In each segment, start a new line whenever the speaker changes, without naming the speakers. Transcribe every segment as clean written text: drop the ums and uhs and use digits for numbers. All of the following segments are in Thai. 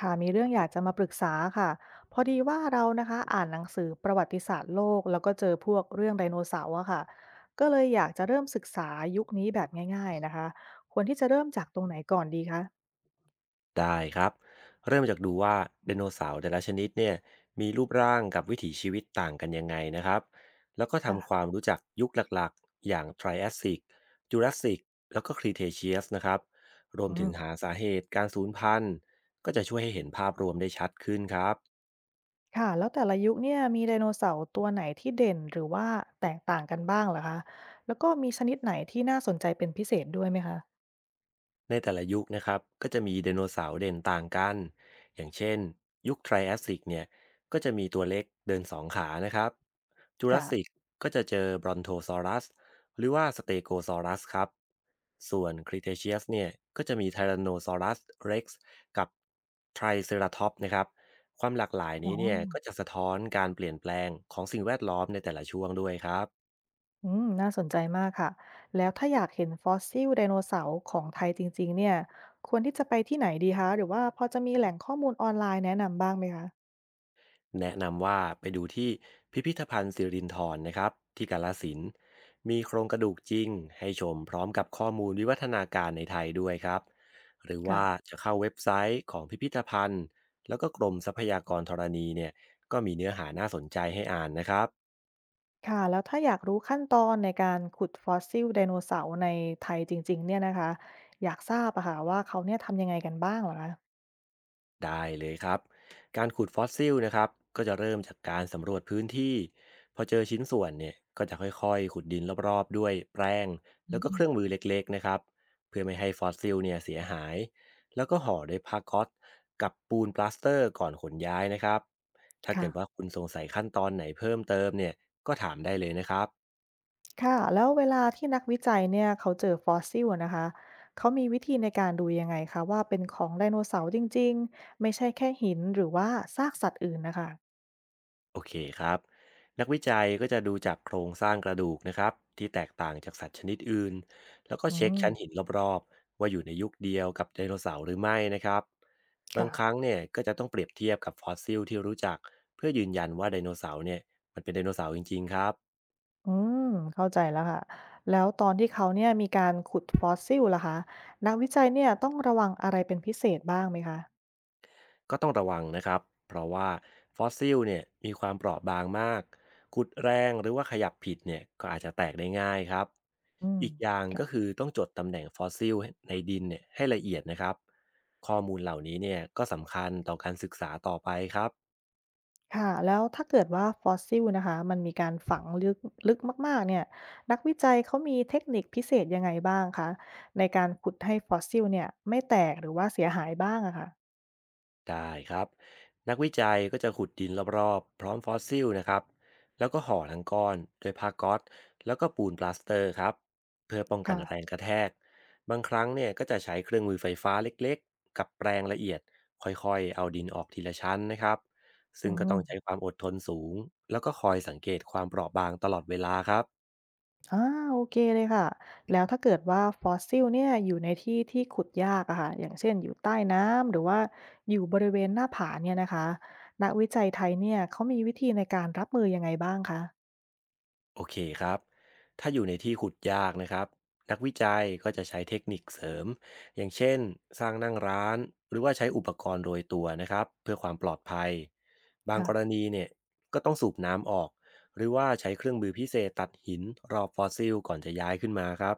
ค่ะมีเรื่องอยากจะมาปรึกษาค่ะพอดีว่าเรานะคะอ่านหนังสือประวัติศาสตร์โลกแล้วก็เจอพวกเรื่องไดโนเสาร์อะค่ะก็เลยอยากจะเริ่มศึกษายุคนี้แบบง่ายๆนะคะควรที่จะเริ่มจากตรงไหนก่อนดีคะ
ได้ครับเริ่มจากดูว่าไดโนเสาร์แต่ละชนิดเนี่ยมีรูปร่างกับวิถีชีวิตต่างกันยังไงนะครับแล้วก็
ค่ะ
ทำความรู้จักยุคหลักๆอย่างไทรแอสซิกจูราสสิกแล้วก็ครีเทเชียสนะครับรวม
อื
ถึง
ม
หาสาเหตุการสูญพันธุ์ก็จะช่วยให้เห็นภาพรวมได้ชัดขึ้นครับ
ค่ะแล้วแต่ละยุคเนี่ยมีไดโนเสาร์ตัวไหนที่เด่นหรือว่าแตกต่างกันบ้างเหรอคะแล้วก็มีชนิดไหนที่น่าสนใจเป็นพิเศษด้วยไหมคะ
ในแต่ละยุคนะครับก็จะมีไดโนเสาร์เด่นต่างกันอย่างเช่นยุคไทรแอส i ิกเนี่ยก็จะมีตัวเล็กเดินสองขานะครับจูราสสิก
ค่ะ
ก็จะเจอบรอนโทซอรัสหรือว่าสเตโกซอรัสครับส่วนคริเทเชียสเนี่ยก็จะมีไทแรนโนซอรัสเร็กซ์กับไทรเซราทอปนะครับความหลากหลาย
อ๋อ
นี้เนี่ยก็จะสะท้อนการเปลี่ยนแปลงของสิ่งแวดล้อมในแต่ละช่วงด้วยครับ
อืมน่าสนใจมากค่ะแล้วถ้าอยากเห็นฟอสซิลไดโนเสาร์ของไทยจริงๆเนี่ยควรที่จะไปที่ไหนดีคะหรือว่าพอจะมีแหล่งข้อมูลออนไลน์แนะนำบ้างไหมคะ
แนะนำว่าไปดูที่พิพิธภัณฑ์สิรินธรนะครับที่กาฬสินธุ์มีโครงกระดูกจริงให้ชมพร้อมกับข้อมูลวิวัฒนาการในไทยด้วยครับหรือว่า
ค่ะ
จะเข้าเว็บไซต์ของพิพิธภัณฑ์แล้วก็กรมทรัพยากรธรณีเนี่ยก็มีเนื้อหาน่าสนใจให้อ่านนะครับ
ค่ะแล้วถ้าอยากรู้ขั้นตอนในการขุดฟอสซิลไดโนเสาร์ในไทยจริงๆเนี่ยนะคะอยากทราบอะค่ะว่าเขาเนี่ยทำยังไงกันบ้างเหรอคะ
ได้เลยครับการขุดฟอสซิลนะครับก็จะเริ่มจากการสำรวจพื้นที่พอเจอชิ้นส่วนเนี่ยก็จะค่อยๆขุดดินรอบๆด้วยแปรง
อื
แล้วก็เค
ม
รื่องมือเล็กๆนะครับเพื่อไม่ให้ฟอสซิลเนี่ยเสียหายแล้วก็ห่อด้วยผ้าก๊อซกับปูนปลาสเตอร์ก่อนขนย้ายนะครับถ้าเกิ
ค่ะ
ดว่าคุณสงสัยขั้นตอนไหนเพิ่มเติมเนี่ยก็ถามได้เลยนะครับ
ค่ะแล้วเวลาที่นักวิจัยเนี่ยเขาเจอฟอสซิลอะนะคะเขามีวิธีในการดูยังไงคะว่าเป็นของไดโนเสาร์จริงๆไม่ใช่แค่หินหรือว่าซากสัตว์อื่นนะคะ
โอเคครับนักวิจัยก็จะดูจากโครงสร้างกระดูกนะครับที่แตกต่างจากสัตว์ชนิดอื่นแล้วก็
อื
เช็ค
ม
ชั้นหินรอบๆว่าอยู่ในยุคเดียวกับไดโนเสาร์หรือไม่นะครับบาง
ค่ะ
ครั้งเนี่ยก็จะต้องเปรียบเทียบกับฟอสซิลที่รู้จักเพื่อยืนยันว่าไดโนเสาร์เนี่ยมันเป็นไดโนเสาร์จริงๆครับ
อืม เข้าใจแล้วค่ะ แล้วตอนที่เขาเนี่ยมีการขุดฟอสซิลล่ะคะนักวิจัยเนี่ยต้องระวังอะไรเป็นพิเศษบ้างไหมคะ
ก็ต้องระวังนะครับ เพราะว่าฟอสซิลเนี่ยมีความเปราะบางมากขุดแรงหรือว่าขยับผิดเนี่ยก็อาจจะแตกได้ง่ายครับ
อืม
อีกอย่าง
ค่ะ
ก็คือต้องจดตำแหน่งฟอสซิลในดินเนี่ยให้ละเอียดนะครับข้อมูลเหล่านี้เนี่ยก็สำคัญต่อการศึกษาต่อไปครับ
ค่ะแล้วถ้าเกิดว่าฟอสซิลนะคะมันมีการฝังลึกลึกมากๆเนี่ย นักวิจัยเขามีเทคนิคพิเศษยังไงบ้างคะ ในการขุดให้ฟอสซิลเนี่ยไม่แตกหรือว่าเสียหายบ้างอะค่ะ
ได้ครับนักวิจัยก็จะขุดดินรอบๆพร้อมฟอสซิลนะครับแล้วก็ห่อทั้งก้อนด้วยผ้าก๊อซแล้วก็ปูนปลาสเตอร์ครับเพื่อป้องกัน
ค่ะ
แรงกระแทกบางครั้งเนี่ยก็จะใช้เครื่องมือไฟฟ้าเล็กๆกับแปรงละเอียดค่อยๆเอาดินออกทีละชั้นนะครับ
อื
ซึ่งก็ต้อ
ม
งใช้ความอดทนสูงแล้วก็คอยสังเกตความเปราะบางตลอดเวลาครับ
อาโอเคเลยค่ะแล้วถ้าเกิดว่าฟอสซิลเนี่ยอยู่ในที่ที่ขุดยากอะค่ะอย่างเช่นอยู่ใต้น้ำหรือว่าอยู่บริเวณหน้าผาเนี่ยนะคะนักวิจัยไทยเนี่ยเขามีวิธีในการรับมือยังไงบ้างคะ
โอเคครับ ถ้าอยู่ในที่ขุดยากนะครับนักวิจัยก็จะใช้เทคนิคเสริมอย่างเช่นสร้างนั่งร้านหรือว่าใช้อุปกรณ์โรยตัวนะครับเพื่อความปลอดภัยบางกร
ค่ะ
ณีเนี่ยก็ต้องสูบน้ำออกหรือว่าใช้เครื่องมือพิเศษตัดหินรอบฟอสซิลก่อนจะย้ายขึ้นมาครับ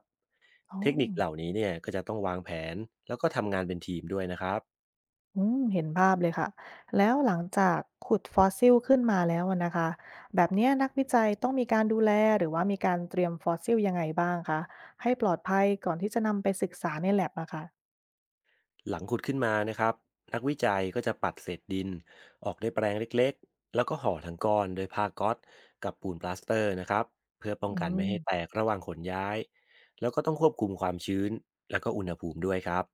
อ๋อ
เทคนิคเหล่านี้เนี่ยก็จะต้องวางแผนแล้วก็ทำงานเป็นทีมด้วยนะครับ
อืมเห็นภาพเลยค่ะแล้วหลังจากขุดฟอสซิลขึ้นมาแล้วอะนะคะแบบเนี้ยนักวิจัยต้องมีการดูแลหรือว่ามีการเตรียมฟอสซิลยังไงบ้างคะให้ปลอดภัยก่อนที่จะนำไปศึกษาใน lab อะค่ะ
หลังขุดขึ้นมานะครับนักวิจัยก็จะปัดเศษดินออกด้วยแปรงเล็กๆแล้วก็ห่อทั้งก้อนโดวยผ้าก๊อซกับปูนปลาสเตอร์นะครับเพื่อป้อง
อื
กันไม่
ม
ให้แตกระหว่างขนย้ายแล้วก็ต้องควบคุมความชื้นแล้วก็อุณหภูมิด้วยครับ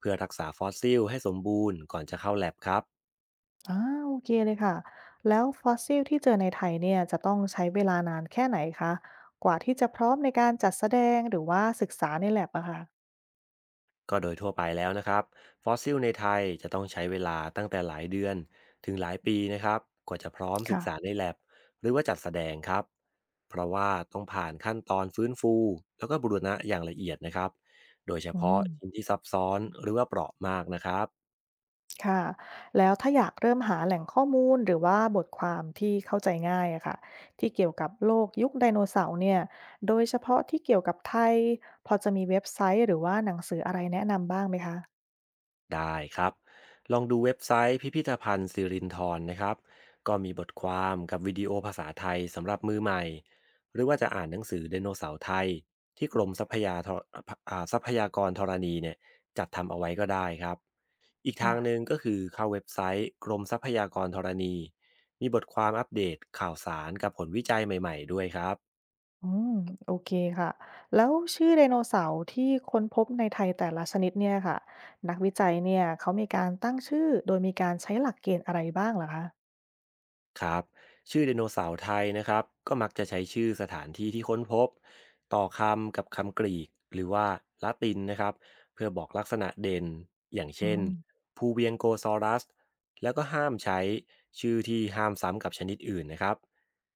เพื่อรักษาฟอสซิลให้สมบูรณ์ก่อนจะเข้าแลบครับ
อาโอเคเลยค่ะแล้วฟอสซิลที่เจอในไทยเนี่ยจะต้องใช้เวลานานแค่ไหนคะกว่าที่จะพร้อมในการจัดแสดงหรือว่าศึกษาใน lab อะค่ะ
ก็โดยทั่วไปแล้วนะครับฟอสซิลในไทยจะต้องใช้เวลาตั้งแต่หลายเดือนถึงหลายปีนะครับกว่าจะพร้อมศึกษา
ค่ะ
ใน l a บหรือว่าจัดแสดงครับเพราะว่าต้องผ่านขั้นตอนฟื้นฟูแล้วก็บูรณะอย่างละเอียดนะครับโดยเฉ
อื
พาะ
ม
ชิ้นที่ซับซ้อนหรือว่าเปราะมากนะครับ
ค่ะแล้วถ้าอยากเริ่มหาแหล่งข้อมูลหรือว่าบทความที่เข้าใจง่ายอะค่ะที่เกี่ยวกับโลกยุคไดโนเสาร์เนี่ยโดยเฉพาะที่เกี่ยวกับไทยพอจะมีเว็บไซต์หรือว่าหนังสืออะไรแนะนำบ้างไหมคะ
ได้ครับลองดูเว็บไซต์พิพิธภัณฑ์สิรินธรนะครับก็มีบทความกับวิดีโอภาษาไทยสำหรับมือใหม่หรือว่าจะอ่านหนังสือไดโนเสาร์ไทยที่กรมทรัพยาธรทรัพยากรธรณีเนี่ยจัดทำเอาไว้ก็ได้ครับอีก
ค่ะ
ทางหนึ่งก็คือเข้าเว็บไซต์กรมทรัพยากรธรณีมีบทความอัปเดตข่าวสารกับผลวิจัยใหม่ๆด้วยครับ
อืมโอเคค่ะแล้วชื่อไดโนเสาร์ที่ค้นพบในไทยแต่ละชนิดเนี่ยค่ะนักวิจัยเนี่ยเขามีการตั้งชื่อโดยมีการใช้หลักเกณฑ์อะไรบ้างเหรอคะ
ครับชื่อไดโนเสาร์ไทยนะครับก็มักจะใช้ชื่อสถานที่ที่ค้นพบต่อคำกับคำกรีกหรือว่าละตินนะครับเพื่อบอกลักษณะเด่นอย่าง
อื
เช่น
ม
ภูเวียงโกซอรัสแล้วก็ห้ามใช้ชื่อที่ห้ามซ้ำกับชนิดอื่นนะครับ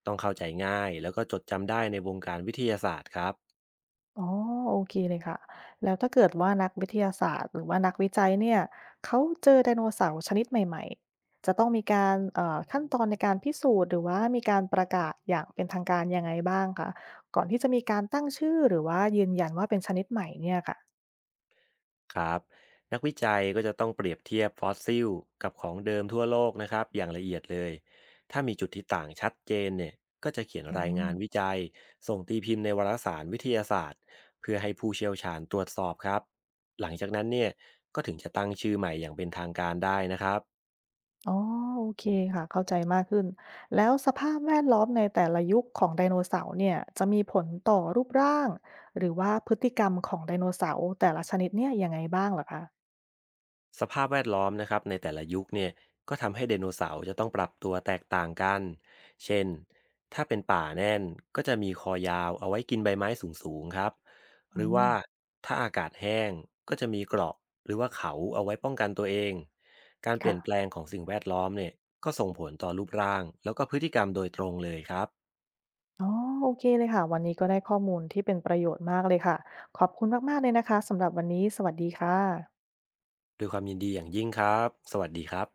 ต้องเข้าใจง่ายแล้วก็จดจำได้ในวงการวิทยาศาสตร์ครับ
อ๋อโอเคเลยค่ะแล้วถ้าเกิดว่านักวิทยาศาสตร์หรือว่านักวิจัยเนี่ยเขาเจอไดโนเสาร์ชนิดใหม่ๆจะต้องมีการขั้นตอนในการพิสูจน์หรือว่ามีการประกาศอย่างเป็นทางการยังไงบ้างคะก่อนที่จะมีการตั้งชื่อหรือว่ายืนยันว่าเป็นชนิดใหม่เนี่ยค่ะ
ครับนักวิจัยก็จะต้องเปรียบเทียบฟอสซิลกับของเดิมทั่วโลกนะครับอย่างละเอียดเลยถ้ามีจุดที่ต่างชัดเจนเนี่ยก็จะเขียน
อื
รายงานวิ
ม
จัยส่งตีพิมพ์ในวารสารวิทยาศาสตร์เพื่อให้ผู้เชี่ยวชาญตรวจสอบครับหลังจากนั้นเนี่ยก็ถึงจะตั้งชื่อใหม่อย่างเป็นทางการได้นะครับ
อ๋อโอเคค่ะ เข้าใจมากขึ้น แล้วสภาพแวดล้อมในแต่ละยุคของไดโนเสาร์เนี่ยจะมีผลต่อรูปร่างหรือว่าพฤติกรรมของไดโนเสาร์แต่ละชนิดเนี่ยยังไงบ้างเหรอคะ
สภาพแวดล้อมนะครับในแต่ละยุคเนี่ยก็ทำให้ไดโนเสาร์จะต้องปรับตัวแตกต่างกัน เช่น ถ้าเป็นป่าแน่นก็จะมีคอยาวเอาไว้กินใบไม้สูงๆครับ ห
อื
รือ
ม
ว่าถ้าอากาศแห้งก็จะมีเกราะหรือว่าเขาเอาไว้ป้องกันตัวเอง การเปลี่ยนแปล
ค่ะ
งของสิ่งแวดล้อมเนี่ยก็ส่งผลต่อรูปร่างแล้วก็พฤติกรรมโดยตรงเลยครับ
อ๋อโอเคเลยค่ะวันนี้ก็ได้ข้อมูลที่เป็นประโยชน์มากเลยค่ะ ขอบคุณมากๆเลยนะคะสำหรับวันนี้สวัสดีค่ะ
ด้วยความยินดีอย่างยิ่งครับสวัสดีครับ